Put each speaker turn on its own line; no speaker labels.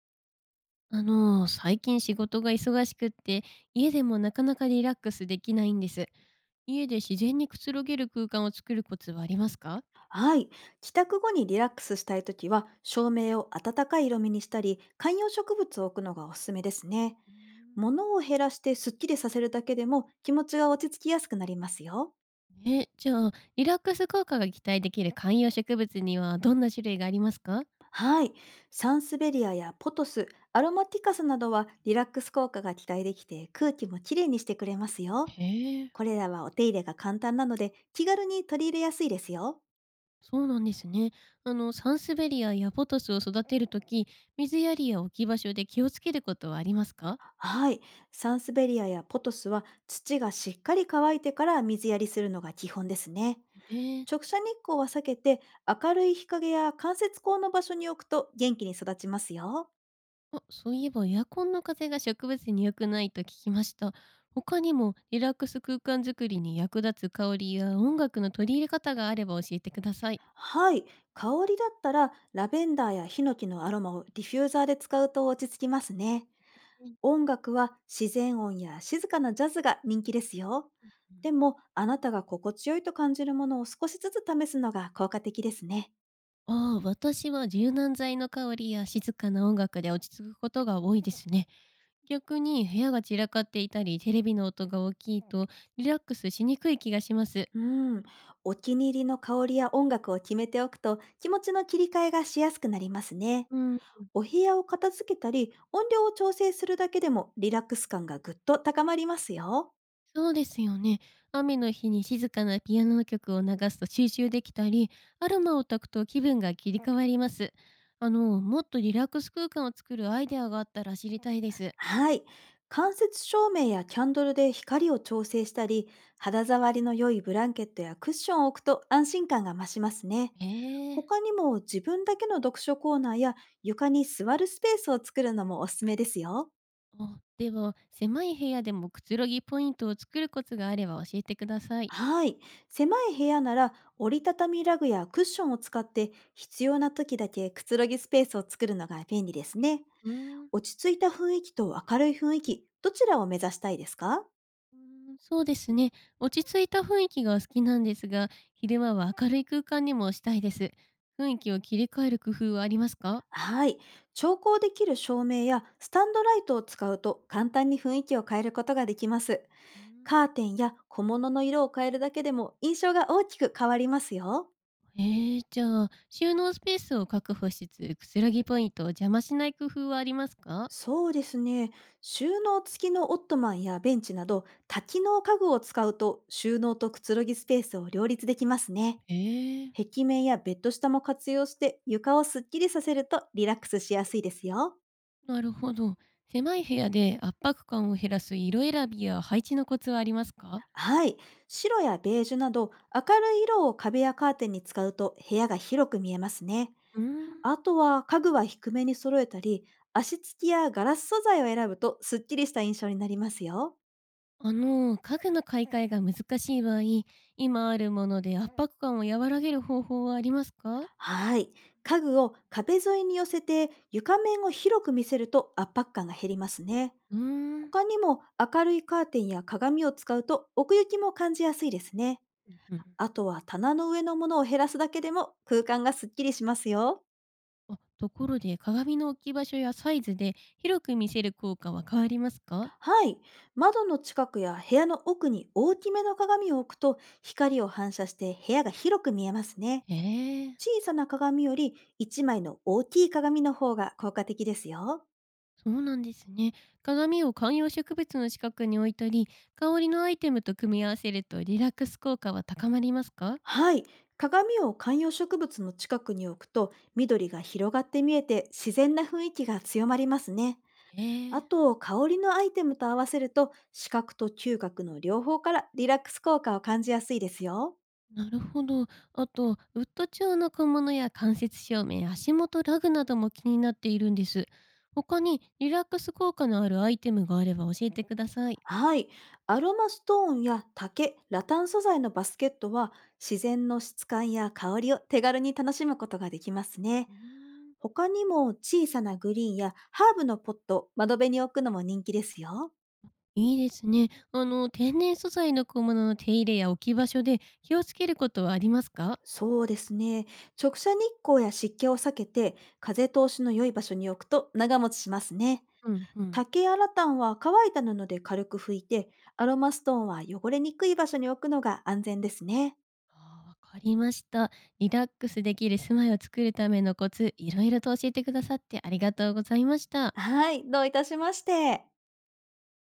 最近仕事が忙しくって、家でもなかなかリラックスできないんです。家で自然にくつろげる空間を作るコツはありますか？
はい。帰宅後にリラックスしたいときは、照明を暖かい色味にしたり、観葉植物を置くのがおすすめですね。
うーん。
物を減らしてスッキリさせるだけでも気持ちが落ち着きやすくなりますよ。
え、じゃあ、リラックス効果が期待できる観葉植物にはどんな種類がありますか？
はい。サンスベリアやポトス、アロマティカスなどはリラックス効果が期待できて、空気もきれいにしてくれますよ。
へえ、
これらはお手入れが簡単なので、気軽に取り入れやすいですよ。
そうなんですね。サンスベリアやポトスを育てるとき、水やりや置き場所で気をつけることはありますか？
はい。サンスベリアやポトスは、土がしっかり乾いてから水やりするのが基本ですね。
ええ。
直射日光は避けて、明るい日陰や間接光の場所に置くと元気に育ちますよ。
あ、そういえばエアコンの風が植物に良くないと聞きました。他にもリラックス空間づくりに役立つ香りや音楽の取り入れ方があれば教えてください。
はい。香りだったら、ラベンダーやヒノキのアロマをディフューザーで使うと落ち着きますね。
はい。
音楽は自然音や静かなジャズが人気ですよ。でも、あなたが心地よいと感じるものを少しずつ試すのが効果的ですね。
ああ、私は柔軟剤の香りや静かな音楽で落ち着くことが多いですね。逆に部屋が散らかっていたり、テレビの音が大きいとリラックスしにくい気がします。
うん、お気に入りの香りや音楽を決めておくと、気持ちの切り替えがしやすくなりますね。
うん。
お部屋を片付けたり音量を調整するだけでも、リラックス感がぐっと高まりますよ。
そうですよね。雨の日に静かなピアノの曲を流すと集中できたり、アロマを焚くと気分が切り替わります。もっとリラックス空間を作るアイデアがあったら知りたいです。
はい。間接照明やキャンドルで光を調整したり、肌触りの良いブランケットやクッションを置くと安心感が増しますね。
へえ。
他にも、自分だけの読書コーナーや床に座るスペースを作るのもおすすめですよ。
お。では、狭い部屋でもくつろぎポイントを作るコツがあれば教えてください。
はい。狭い部屋なら、折りたたみラグやクッションを使って必要な時だけくつろぎスペースを作るのが便利ですね。
うーん。
落ち着いた雰囲気と明るい雰囲気、どちらを目指したいですか？
うーん、そうですね。落ち着いた雰囲気が好きなんですが、昼間は明るい空間にもしたいです。雰囲気を切り替える工夫はありますか？
はい。調光できる照明やスタンドライトを使うと、簡単に雰囲気を変えることができます。
うー
カ
ん。
ーテンや小物の色を変えるだけでも、印象が大きく変わりますよ。
じゃあ、収納スペースを確保しつつ、くつろぎポイントを邪魔しない工夫はありますか？
そうですね。収納付きのオットマンやベンチなど多機能家具を使うと、収納とくつろぎスペースを両立できますね。
ええ。
壁面やベッド下も活用して床をすっきりさせると、リラックスしやすいですよ。
なるほど。狭い部屋で圧迫感を減らす色選びや配置のコツはありますか？
はい。白やベージュなど明るい色を壁やカーテンに使うと、部屋が広く見えますね。
うーん。
あとは、家具は低めに揃えたり、足つきやガラス素材を選ぶとすっきりした印象になりますよ。
家具の買い替えが難しい場合、今あるもので圧迫感を和らげる方法はありますか？
はい。家具を壁沿いに寄せて床面を広く見せると、圧迫感が減りますね。
うーん。
他にも、明るいカーテンや鏡を使うと奥行きも感じやすいですね。
うんうん。
あとは、棚の上のものを減らすだけでも空間がすっきりしますよ。
あ、ところで鏡の置き場所やサイズで広く見せる効果は変わりますか？
はい。窓の近くや部屋の奥に大きめの鏡を置くと、光を反射して部屋が広く見えますね。
へえ。
小さな鏡より1枚の大きい鏡の方が効果的ですよ。
そうなんですね。鏡を観葉植物の近くに置いたり、香りのアイテムと組み合わせるとリラックス効果は高まりますか？
はい。鏡を観葉植物の近くに置くと、緑が広がって見えて自然な雰囲気が強まりますね。
え
あ
ー、
と、香りのアイテムと合わせると、視覚と嗅覚の両方からリラックス効果を感じやすいですよ。
なるほど。あと、ウッド調の小物や間接照明、足元ラグなども気になっているんです。他にリラックス効果のあるアイテムがあれば教えてください。
はい。アロマストーンや竹、ラタン素材のバスケットは、自然の質感や香りを手軽に楽しむことができますね。
うーん。
他にも、小さなグリーンやハーブのポット、窓辺に置くのも人気ですよ。
いいですね。天然素材の小物の手入れや置き場所で気をつけることはありますか？
そうですね。直射日光や湿気を避けて、風通しの良い場所に置くと長持ちしますね。
うんうん。
竹やラタンは乾いた布で軽く拭いて、アロマストーンは汚れにくい場所に置くのが安全ですね。
あー、わかりました。リラックスできる住まいを作るためのコツ、いろいろと教えてくださってありがとうございました。
はい、どういたしまして。